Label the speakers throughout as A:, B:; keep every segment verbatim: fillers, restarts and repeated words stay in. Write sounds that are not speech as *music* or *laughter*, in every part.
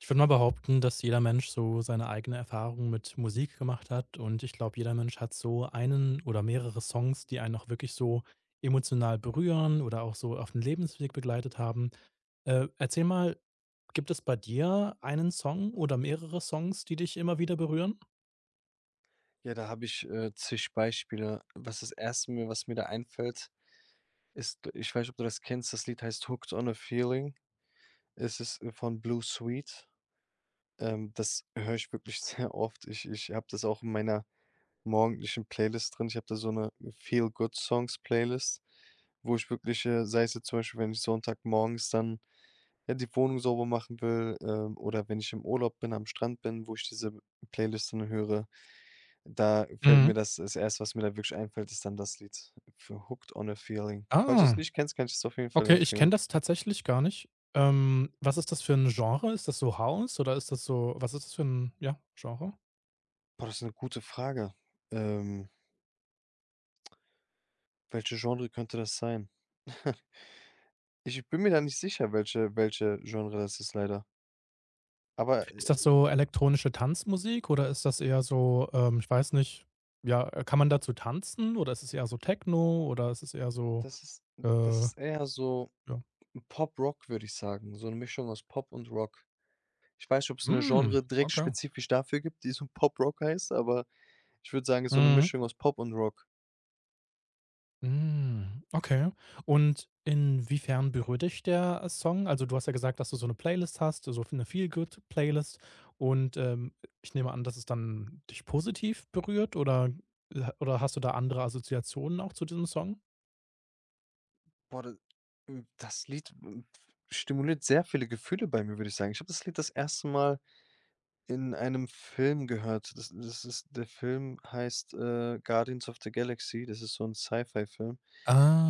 A: Ich würde mal behaupten, dass jeder Mensch so seine eigene Erfahrung mit Musik gemacht hat und ich glaube, jeder Mensch hat so einen oder mehrere Songs, die einen auch wirklich so emotional berühren oder auch so auf den Lebensweg begleitet haben. Äh, erzähl mal, gibt es bei dir einen Song oder mehrere Songs, die dich immer wieder berühren?
B: Ja, da habe ich, äh, zig Beispiele. Was das erste mir was mir da einfällt, ist ich weiß nicht, ob du das kennst. Das Lied heißt „Hooked on a Feeling“. Es ist, äh, von Blue Sweet. Ähm, das höre ich wirklich *laughs* sehr oft. Ich ich habe das auch in meiner morgendlichen Playlist drin. Ich habe da so eine Feel-Good-Songs-Playlist, wo ich wirklich, äh sei es jetzt zum Beispiel, wenn ich Sonntagmorgens dann, ja, die Wohnung sauber machen will, ähm, oder wenn ich im Urlaub bin, am Strand bin, wo ich diese Playlist dann höre. Da fällt
A: Mhm.
B: mir das das Erste, was mir da wirklich einfällt, ist dann das Lied für „Hooked on a Feeling“. Falls du es
A: Ah.
B: nicht kennst, kann ich es auf jeden Fall
A: Okay, ich kenne
B: empfehlen.
A: das tatsächlich gar nicht. Ähm, was ist das für ein Genre? Ist das so House oder ist das so was ist das für ein, ja, Genre?
B: Boah, das ist eine gute Frage. Ähm, welche Genre könnte das sein? *laughs* Ich bin mir da nicht sicher, welche welche Genre das ist leider. Aber,
A: Ist
B: äh,
A: das so elektronische Tanzmusik oder ist das eher so, ähm, ich weiß nicht, ja, äh, kann man dazu tanzen, oder ist es eher so Techno oder ist es eher so,
B: das ist das
A: äh,
B: ist eher so
A: ja.
B: Pop-Rock, würde ich sagen, so eine Mischung aus Pop und Rock. Ich weiß nicht, ob es eine
A: Hm,
B: Genre direkt
A: okay.
B: spezifisch dafür gibt, die so Pop-Rock heißt, aber ich würde sagen, es ist so eine
A: Mhm.
B: Mischung aus Pop und Rock.
A: Hm, okay. Und inwiefern berührt dich der äh, Song? Also, du hast ja gesagt, dass du so eine Playlist hast, so eine Feel-Good-Playlist, und, ähm, ich nehme an, dass es dann dich positiv berührt, oder äh, oder hast du da andere Assoziationen auch zu diesem Song?
B: Boah, da hm, das Lied, hm, stimuliert sehr viele Gefühle bei mir, würde ich sagen. Ich habe das Lied das erste Mal in einem Film gehört. Das das ist der Film heißt, äh, „Guardians of the Galaxy“. Das ist so ein Sci-Fi-Film.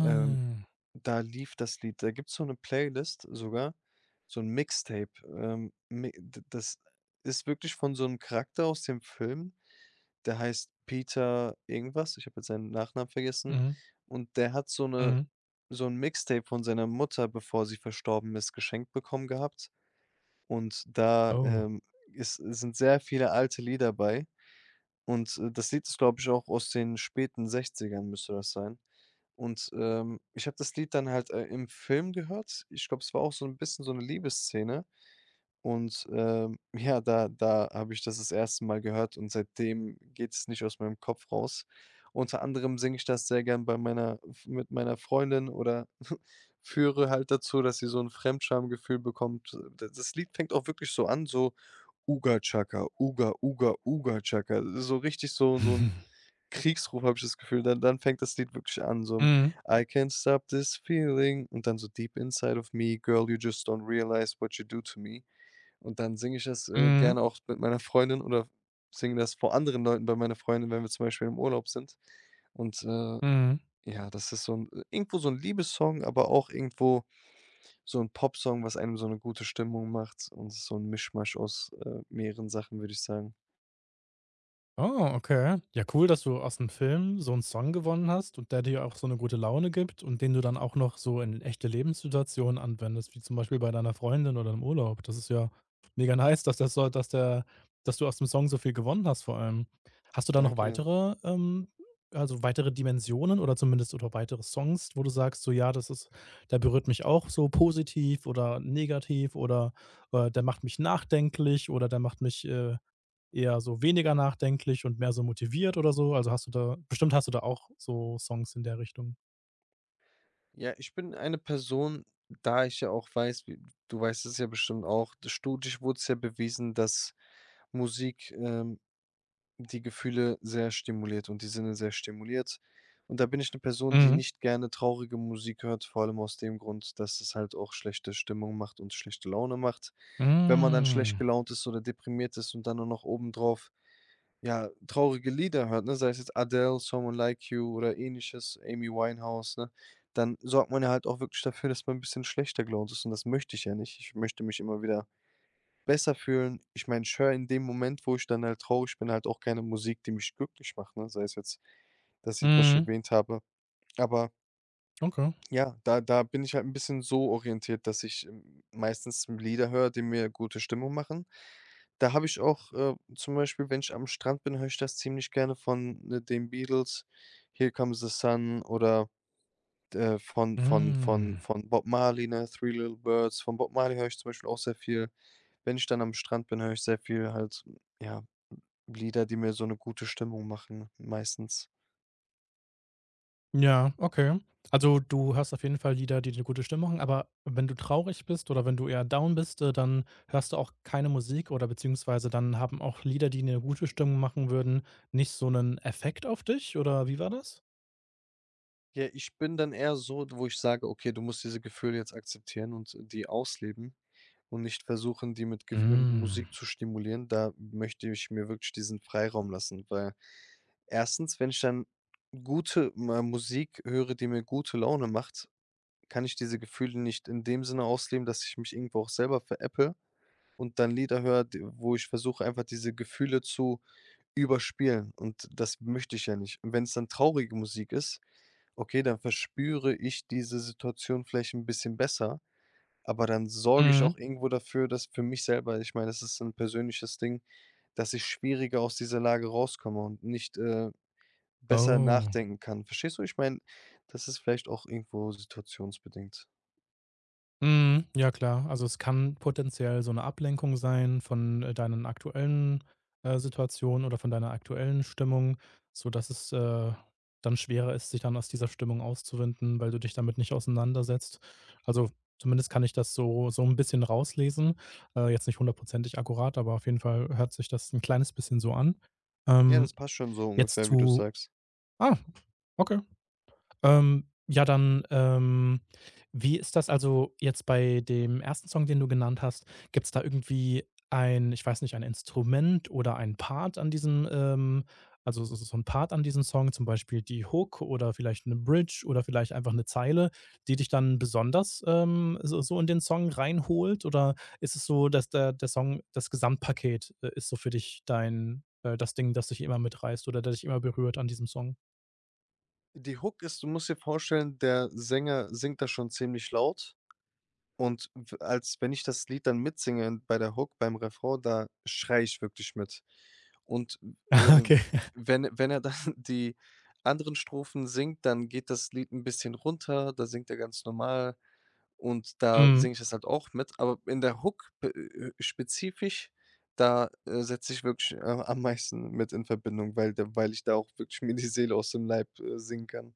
B: Ähm da lief das Lied. Da gibt's so 'ne Playlist sogar, so 'n Mixtape. Ähm, mi d das ist wirklich von so 'nem Charakter aus dem Film, der heißt Peter irgendwas. Ich habe jetzt seinen Nachnamen vergessen.
A: Mhm,
B: Und der hat so 'ne
A: mhm.
B: so 'n Mixtape von seiner Mutter, bevor sie verstorben ist, geschenkt bekommen gehabt. Und da,
A: Oh.
B: ähm, ist sind sehr viele alte Lieder bei. Und, äh, das Lied ist, glaube ich, auch aus den späten Sechzigern müsste das sein. Und, ähm, ich habe das Lied dann halt, äh, im Film gehört. Ich glaube, es war auch so ein bisschen so eine Liebesszene und, ähm, *laughs* ja, da da habe ich das das erste Mal gehört und seitdem geht es nicht aus meinem Kopf raus. Unter anderem singe ich das sehr gern bei meiner mit meiner Freundin oder *laughs* führe halt dazu, dass sie so ein Fremdschamgefühl bekommt. D das Lied fängt auch wirklich so an, so: „Uga Chaka, Uga, Uga, Uga Chaka.“ So richtig so so ein
A: *laughs*
B: Kriegsruf, habe ich das Gefühl. Dann dann fängt das Lied wirklich an, so:
A: Mhm,
B: „I can't stop this feeling“, und dann so: „Deep inside of me, girl, you just don't realize what you do to me.“ Und dann singe ich das, äh,
A: mhm,
B: gerne auch mit meiner Freundin oder singe das vor anderen Leuten bei meiner Freundin, wenn wir zum Beispiel im Urlaub sind. Und, äh,
A: mhm.
B: ja, das ist so 'n irgendwo so ein Liebessong, aber auch irgendwo so ein Popsong, was einem so eine gute Stimmung macht, und es ist so ein Mischmasch aus, äh, mehreren Sachen, würde ich sagen.
A: Oh, okay. Ja, cool, dass du aus dem Film so einen Song gewonnen hast und der dir auch so eine gute Laune gibt und den du dann auch noch so in echte Lebenssituationen anwendest, wie zum Beispiel bei deiner Freundin oder im Urlaub. Das ist ja mega nice, dass das so dass der dass du aus dem Song so viel gewonnen hast vor allem. Hast du da noch
B: Danke dir.
A: weitere, ähm also, weitere Dimensionen oder zumindest oder weitere Songs, wo du sagst so: „Ja, das ist der berührt mich auch so positiv oder negativ, oder, äh, der macht mich nachdenklich, oder der macht mich, äh eher so weniger nachdenklich und mehr so motiviert oder so?" Also, hast du da bestimmt hast du da auch so Songs in der Richtung?
B: Ja, ich bin eine Person, da ich ja auch weiß, wie du weißt es ja bestimmt auch, d- studisch wurde es ja bewiesen, dass Musik ähm, die Gefühle sehr stimuliert und die Sinne sehr stimuliert. Und da bin ich eine Person, die
A: Mhm.
B: nicht gerne traurige Musik hört, vor allem aus dem Grund, dass es halt auch schlechte Stimmung macht und schlechte Laune macht. Wenn man dann schlecht
A: Hm.
B: gelaunt ist oder deprimiert ist und dann nur noch obendrauf ja, traurige Lieder hört, ne, sei es jetzt Adele, „Someone Like You“ oder Ähnliches, Amy Winehouse, ne, dann sorgt man ja halt auch wirklich dafür, dass man ein bisschen schlechter gelaunt ist, und das möchte ich ja nicht. Ich möchte mich immer wieder besser fühlen. Ich meine, ich höre in dem Moment, wo ich dann halt traurig bin, halt auch keine Musik, die mich glücklich macht, ne, sei es jetzt das Lied, was ich
A: Mhm.
B: erwähnt habe. Aber
A: Okay.
B: ja, da da bin ich halt ein bisschen so orientiert, dass ich, ähm, meistens Lieder höre, die mir gute Stimmung machen. Da habe ich auch, äh, zum Beispiel, wenn ich am Strand bin, höre ich das ziemlich gerne von, äh, den Beatles, „Here Comes the Sun“, oder, äh, von von von
A: Hm.
B: von Bob Marley, ne, „Three Little Birds“. Von Bob Marley höre ich zum Beispiel auch sehr viel. Wenn ich dann am Strand bin, höre ich sehr viel halt, ja, Lieder, die mir so eine gute Stimmung machen, meistens.
A: Ja, okay. Also, du hörst auf jeden Fall Lieder, die dir gute Stimmung machen, aber wenn du traurig bist oder wenn du eher down bist, äh, dann hörst du auch keine Musik, oder beziehungsweise dann haben auch Lieder, die eine gute Stimmung machen würden, nicht so einen Effekt auf dich, oder wie war das?
B: Ja, ich bin dann eher so, wo ich sage: „Okay, du musst diese Gefühle jetzt akzeptieren und die ausleben“, und nicht versuchen, die mit Gef äh,
A: Hm.
B: Musik zu stimulieren. Da möchte ich mir wirklich diesen Freiraum lassen, weil erstens, wenn ich dann gute Ma Musik höre, die mir gute Laune macht, kann ich diese Gefühle nicht in dem Sinne ausleben, dass ich mich irgendwo auch selber veräpple und dann Lieder höre, d wo ich versuche, einfach diese Gefühle zu überspielen, und das möchte ich ja nicht. Und wenn's dann traurige Musik ist, okay, dann verspüre ich diese Situation vielleicht 'n bisschen besser, aber dann sorge ich
A: Mhm.
B: auch irgendwo dafür, dass für mich selber ich meine, das ist ein persönliches Ding, dass ich schwieriger aus dieser Lage rauskomme und nicht, äh, besser
A: Oh.
B: nachdenken kann. Verstehst du? Ich meine, das ist vielleicht auch irgendwo situationsbedingt.
A: Mhm, ja klar. Also, es kann potenziell so eine Ablenkung sein von, äh, deinen aktuellen, äh, Situationen oder von deiner aktuellen Stimmung, so dass es, äh, dann schwerer ist, sich dann aus dieser Stimmung auszuwinden, weil du dich damit nicht auseinandersetzt. Also, zumindest kann ich das so so ein bisschen rauslesen. Äh, jetzt nicht hundertprozentig akkurat, aber auf jeden Fall hört sich das ein kleines bisschen so an.
B: Ja,
A: Ähm,
B: das passt schon so
A: jetzt
B: ungefähr, wie du
A: zu
B: sagst.
A: ah, okay. Ähm, ja, dann, ähm, wie ist das also jetzt bei dem ersten Song, den du genannt hast? Gibt es da irgendwie ein, ich weiß nicht, ein Instrument oder ein Part an diesem, ähm also, so so so Part an diesem Song, zum Beispiel die Hook oder vielleicht eine Bridge oder vielleicht einfach eine Zeile, die dich dann besonders, ähm, so so in den Song reinholt? Oder ist es so, dass der der Song das Gesamtpaket, äh, ist, so für dich dein, äh, das Ding, das dich immer mitreißt oder das dich immer berührt an diesem Song?
B: Die Hook ist du musst dir vorstellen, der Sänger singt das schon ziemlich laut. Und w als wenn ich das Lied dann mitsinge bei der Hook, beim Refrain, da schreie ich wirklich mit. Und, äh,
A: *laughs* Okay.
B: w wenn wenn er dann *laughs* die anderen Strophen singt, dann geht das Lied ein bisschen runter, da singt er ganz normal, und da
A: Mhm.
B: singe ich das halt auch mit. Aber in der Hook b äh, spezifisch, da, äh, setze ich wirklich, äh, am meisten mit in Verbindung, weil da weil ich da auch wirklich mir die Seele aus dem Leib, äh, singen kann.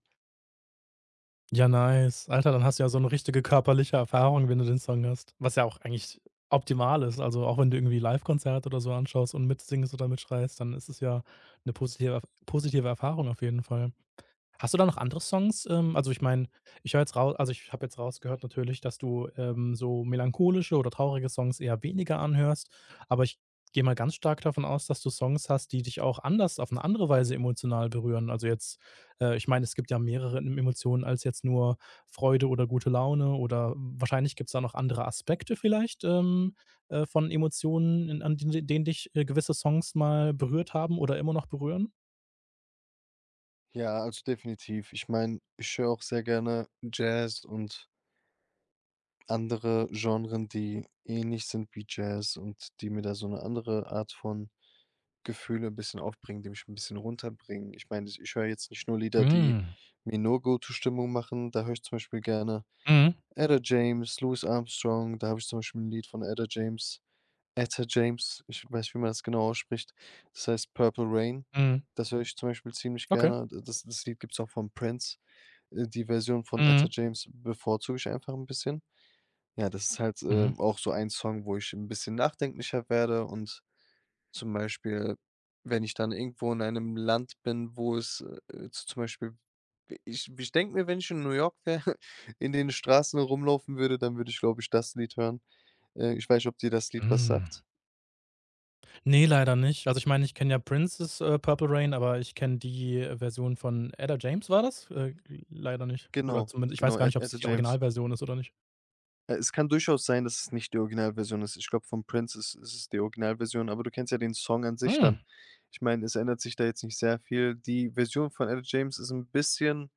A: Ja, nice. Alter, dann hast du ja so eine richtige körperliche Erfahrung, wenn du den Song hast, was ja auch eigentlich optimal ist. Also, auch wenn du irgendwie live Livekonzerte oder so anschaust und mitsingst oder mitschreist, dann ist es ja eine positive positive Erfahrung auf jeden Fall. Hast du da noch andere Songs? Ähm, also, ich meine, ich höre jetzt rau also, ich habe jetzt rausgehört natürlich, dass du, ähm, so melancholische oder traurige Songs eher weniger anhörst, aber ich gehe mal ganz stark davon aus, dass du Songs hast, die dich auch anders auf eine andere Weise emotional berühren. Also, jetzt äh, ich meine, es gibt ja mehrere em Emotionen als jetzt nur Freude oder gute Laune, oder wahrscheinlich gibt es da noch andere Aspekte vielleicht, ähm, äh, von Emotionen, in an d denen dich, äh, gewisse Songs mal berührt haben oder immer noch berühren?
B: Ja, also definitiv. Ich meine, ich höre auch sehr gerne Jazz und andere Genren, die ähnlich sind wie Jazz und die mir da so 'ne andere Art von Gefühle 'n bisschen aufbringen, die mich 'n bisschen runterbringen. Ich meine, ich höre jetzt nicht nur Lieder, die
A: Mhm.
B: mir nur gute Stimmung machen. Da höre ich zum Beispiel gerne
A: Mhm.
B: Etta James, Louis Armstrong. Da habe ich zum Beispiel 'n Lied von Etta James Etta James, ich weiß nicht, wie man das genau ausspricht. Das heißt „Purple Rain“.
A: Mhm.
B: Das höre ich zum Beispiel ziemlich
A: Okay.
B: gerne. D das das Lied gibt's auch von Prince. Äh, die Version von Etta
A: Mhm.
B: James bevorzuge ich einfach 'n bisschen. Ja, das ist halt,
A: Mhm.
B: ähm, auch so ein Song, wo ich ein bisschen nachdenklicher werde und zum Beispiel, wenn ich dann irgendwo in einem Land bin, wo es, äh, z zum Beispiel ich ich denke mir, wenn ich in New York wäre, *laughs* in den Straßen rumlaufen würde, dann würde ich, glaube ich, das Lied hören. Äh, ich weiß nicht, ob dir das Lied was
A: Hm.
B: sagt.
A: Ne, leider nicht. Also, ich meine, ich kenne ja Princes, äh, „Purple Rain", aber ich kenne die, äh, Version von Etta James war das? Äh, leider nicht. Oder
B: Genau,
A: zumindest, ich weiß
B: genau,
A: gar
B: Ed
A: nicht, ob es
B: Etta
A: die
B: James.
A: Originalversion ist oder nicht.
B: Äh, es kann durchaus sein, dass es nicht die Originalversion ist. Ich glaube, von Prince ist ist es die Originalversion, aber du kennst ja den Song an sich
A: Hm.
B: dann. Ich meine, es ändert sich da jetzt nicht sehr viel. Die Version von Etta James ist ein bisschen,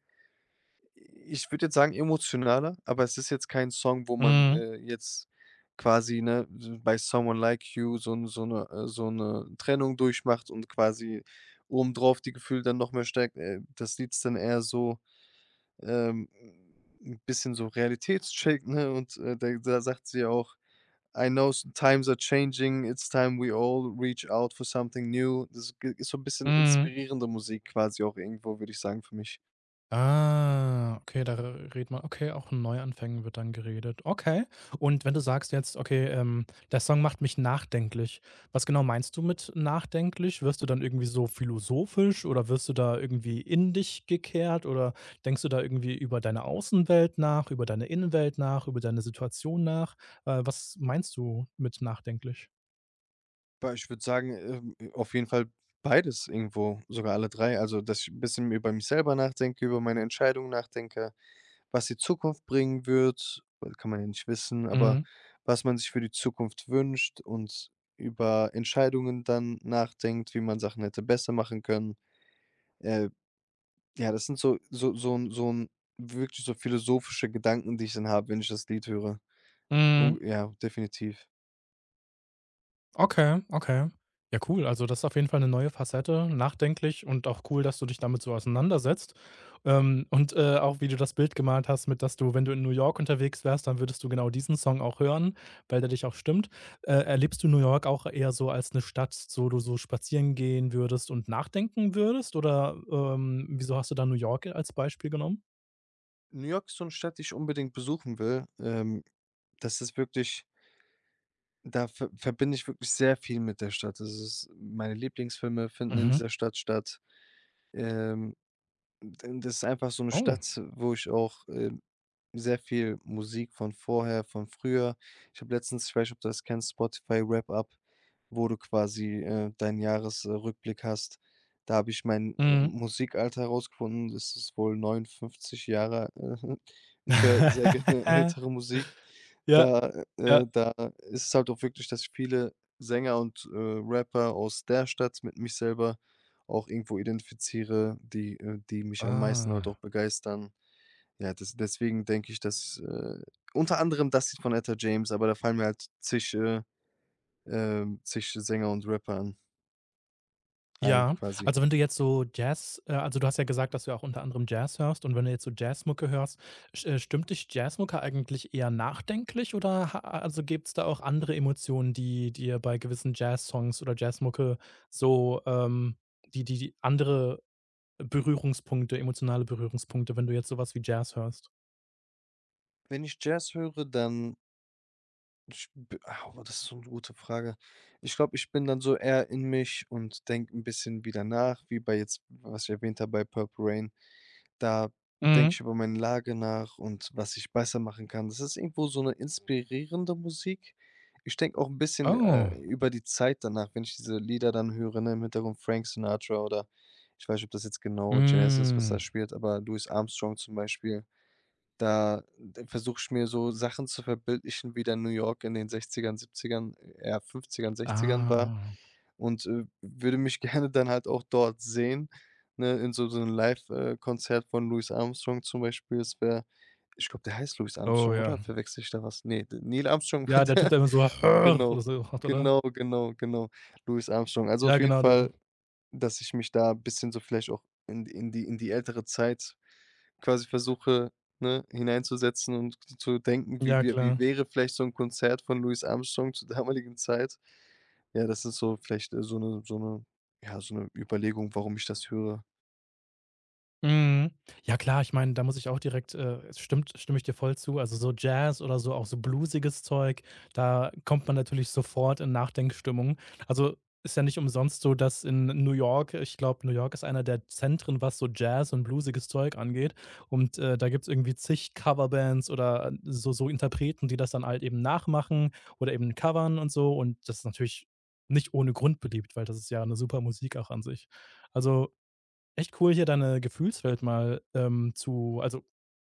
B: ich würde jetzt sagen, emotionaler, aber es ist jetzt kein Song, wo man,
A: Mhm.
B: äh, jetzt quasi, ne, so bei „Someone Like You“ so 'n so eine äh, so 'ne Trennung durchmacht und quasi obendrauf die Gefühle dann noch mehr stärkt. Äh, das Lied ist dann eher so ähm, 'n bisschen so Realitätscheck, ne? Und, äh, da da sagt sie auch: „I know s times are changing, it's time we all reach out for something new.“ Das g ist so ein bisschen
A: Mhm.
B: inspirierende Musik quasi auch irgendwo, würde ich sagen, für mich.
A: Ah, okay, da re redet man, okay, auch in Neuanfängen wird dann geredet. Okay. Und wenn du sagst jetzt, okay, ähm, der Song macht mich nachdenklich. Was genau meinst du mit nachdenklich? Wirst du dann irgendwie so philosophisch oder wirst du da irgendwie in dich gekehrt, oder denkst du da irgendwie über deine Außenwelt nach, über deine Innenwelt nach, über deine Situation nach? Äh, was meinst du mit nachdenklich?
B: Boah, ich würde sagen, ähm, auf jeden Fall beides irgendwo, sogar alle drei. Also, dass ich 'n bisschen über mich selber nachdenke, über meine Entscheidungen nachdenke, was die Zukunft bringen wird, weil kann man ja nicht wissen, aber
A: Mhm.
B: was man sich für die Zukunft wünscht und über Entscheidungen dann nachdenkt, wie man Sachen hätte besser machen können. Äh, ja, das sind so so so 'n so 'n wirklich so philosophische Gedanken, die ich dann habe, wenn ich das Lied höre. Un
A: Mhm.
B: ja, definitiv.
A: Okay, okay. Ja, cool. Also, das ist auf jeden Fall eine neue Facette, nachdenklich, und auch cool, dass du dich damit so auseinandersetzt. Ähm, und, äh, auch wie du das Bild gemalt hast mit, dass du, wenn du in New York unterwegs wärst, dann würdest du genau diesen Song auch hören, weil der dich auch stimmt. Äh, erlebst du New York auch eher so als eine Stadt, so, du so spazieren gehen würdest und nachdenken würdest? Oder, ähm, wieso hast du da New York als Beispiel genommen?
B: New York ist so 'ne Stadt, die ich unbedingt besuchen will. Ähm, das ist wirklich da ver verbinde ich wirklich sehr viel mit der Stadt. Das ist meine Lieblingsfilme finden in
A: Mhm.
B: dieser Stadt statt. Ähm Und das ist einfach so eine
A: Oh.
B: Stadt, wo ich auch, ähm, sehr viel Musik von vorher, von früher ich habe letztens ich weiß nicht, ob du das kennst, Spotify Wrap Up, wo du quasi, äh, deinen Jahresrückblick hast. Da habe ich mein, äh,
A: Mhm.
B: Musikalter herausgefunden. Das ist wohl neunundfünfzig Jahre. Äh, *laughs* ich höre sehr gerne *laughs*
A: *laughs*
B: ältere Musik.
A: Ja,
B: Da äh,
A: ja.
B: da ist es halt auch wirklich, dass viele Sänger und, äh, Rapper aus der Stadt mit mich selber auch irgendwo identifiziere, die äh, die mich am meisten halt auch
A: Ah.
B: begeistern. Ja, des deswegen denke ich, dass, äh unter anderem das Lied von Etta James, aber da fallen mir halt zig, äh ähm, sich Sänger und Rapper an ein
A: Ja,
B: quasi.
A: also, wenn du jetzt so Jazz äh, also du hast ja gesagt, dass du auch unter anderem Jazz hörst, und wenn du jetzt so Jazzmucke hörst, st äh, stimmt dich Jazzmucke eigentlich eher nachdenklich, oder ha also, gibt's da auch andere Emotionen, die dir bei gewissen Jazzsongs oder Jazzmucke so, ähm die die die andere Berührungspunkte, emotionale Berührungspunkte, wenn du jetzt sowas wie Jazz hörst?
B: Wenn ich Jazz höre, dann ich b au, das ist so eine gute Frage. Ich glaube, ich bin dann so eher in mich und denke ein bisschen wieder nach, wie bei jetzt, was ich erwähnt habe, bei Purple Rain. Da denke ich
A: Mhm.
B: über meine Lage nach und was ich besser machen kann. Das ist irgendwo so eine inspirierende Musik. Ich denke auch ein bisschen, äh,
A: Oh.
B: über die Zeit danach, wenn ich diese Lieder dann höre, ne, im Hintergrund Frank Sinatra oder ich weiß nicht, ob das jetzt genau Jazz ist, was da
A: Hm.
B: spielt, aber Louis Armstrong zum Beispiel. Da d versuche ich mir so Sachen zu verbildlichen, wie dann New York in den sechzigern, siebzigern, 70ern, eher fünfzigern, war,
A: Ah.
B: und, äh, würde mich *laughs* gerne dann halt auch dort sehen, ne, in so so 'nem Live äh, Konzert von Louis Armstrong zum Beispiel. Es wäre ich glaube, der heißt Louis
A: Oh
B: Armstrong, oder?
A: ja.
B: Verwechsle ich da was? Nee d Neil Armstrong war
A: Ja, der Typ,
B: der.
A: der
B: *laughs*
A: immer so *laughs* oder
B: Genau,
A: so macht, oder?
B: genau, genau, genau. Louis Armstrong. Also,
A: Ja,
B: auf jeden
A: genau der.
B: Fall dass ich mich da ein bisschen so vielleicht auch in in die in die ältere Zeit quasi versuche, ne, hineinzusetzen und zu denken, wie
A: Ja,
B: wie wie
A: klar.
B: wäre vielleicht so ein Konzert von Louis Armstrong zur damaligen Zeit? Ja, das ist so vielleicht, äh, so eine so eine ja, so eine Überlegung, warum ich das höre.
A: Mhm. Ja klar, ich meine, da muss ich auch direkt, äh, es stimmt, stimme ich dir voll zu. Also, so Jazz oder so auch so bluesiges Zeug, da kommt man natürlich sofort in Nachdenkstimmung. Also, ist ja nicht umsonst so, dass in New York, ich glaube, New York ist einer der Zentren, was so Jazz und bluesiges Zeug angeht. Und, äh, da gibt's irgendwie zig Coverbands oder, äh, so so Interpreten, die das dann halt eben nachmachen oder eben covern und so. Und das ist natürlich nicht ohne Grund beliebt, weil das ist ja eine super Musik auch an sich. Also, echt cool, hier deine Gefühlswelt mal, ähm, zu, also,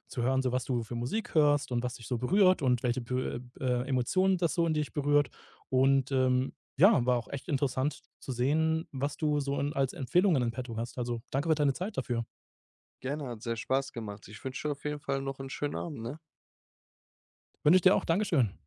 A: zu hören, so was du für Musik hörst und was dich so berührt, und welche Be äh, äh, Emotionen das so in dich berührt. Und, ähm, ja, war auch echt interessant zu sehen, was du so in, als Empfehlungen in petto hast. Also, danke für deine Zeit dafür.
B: Gerne, hat sehr Spaß gemacht. Ich wünsche dir auf jeden Fall noch einen schönen Abend, ne?
A: Wünsche ich dir auch. Dankeschön.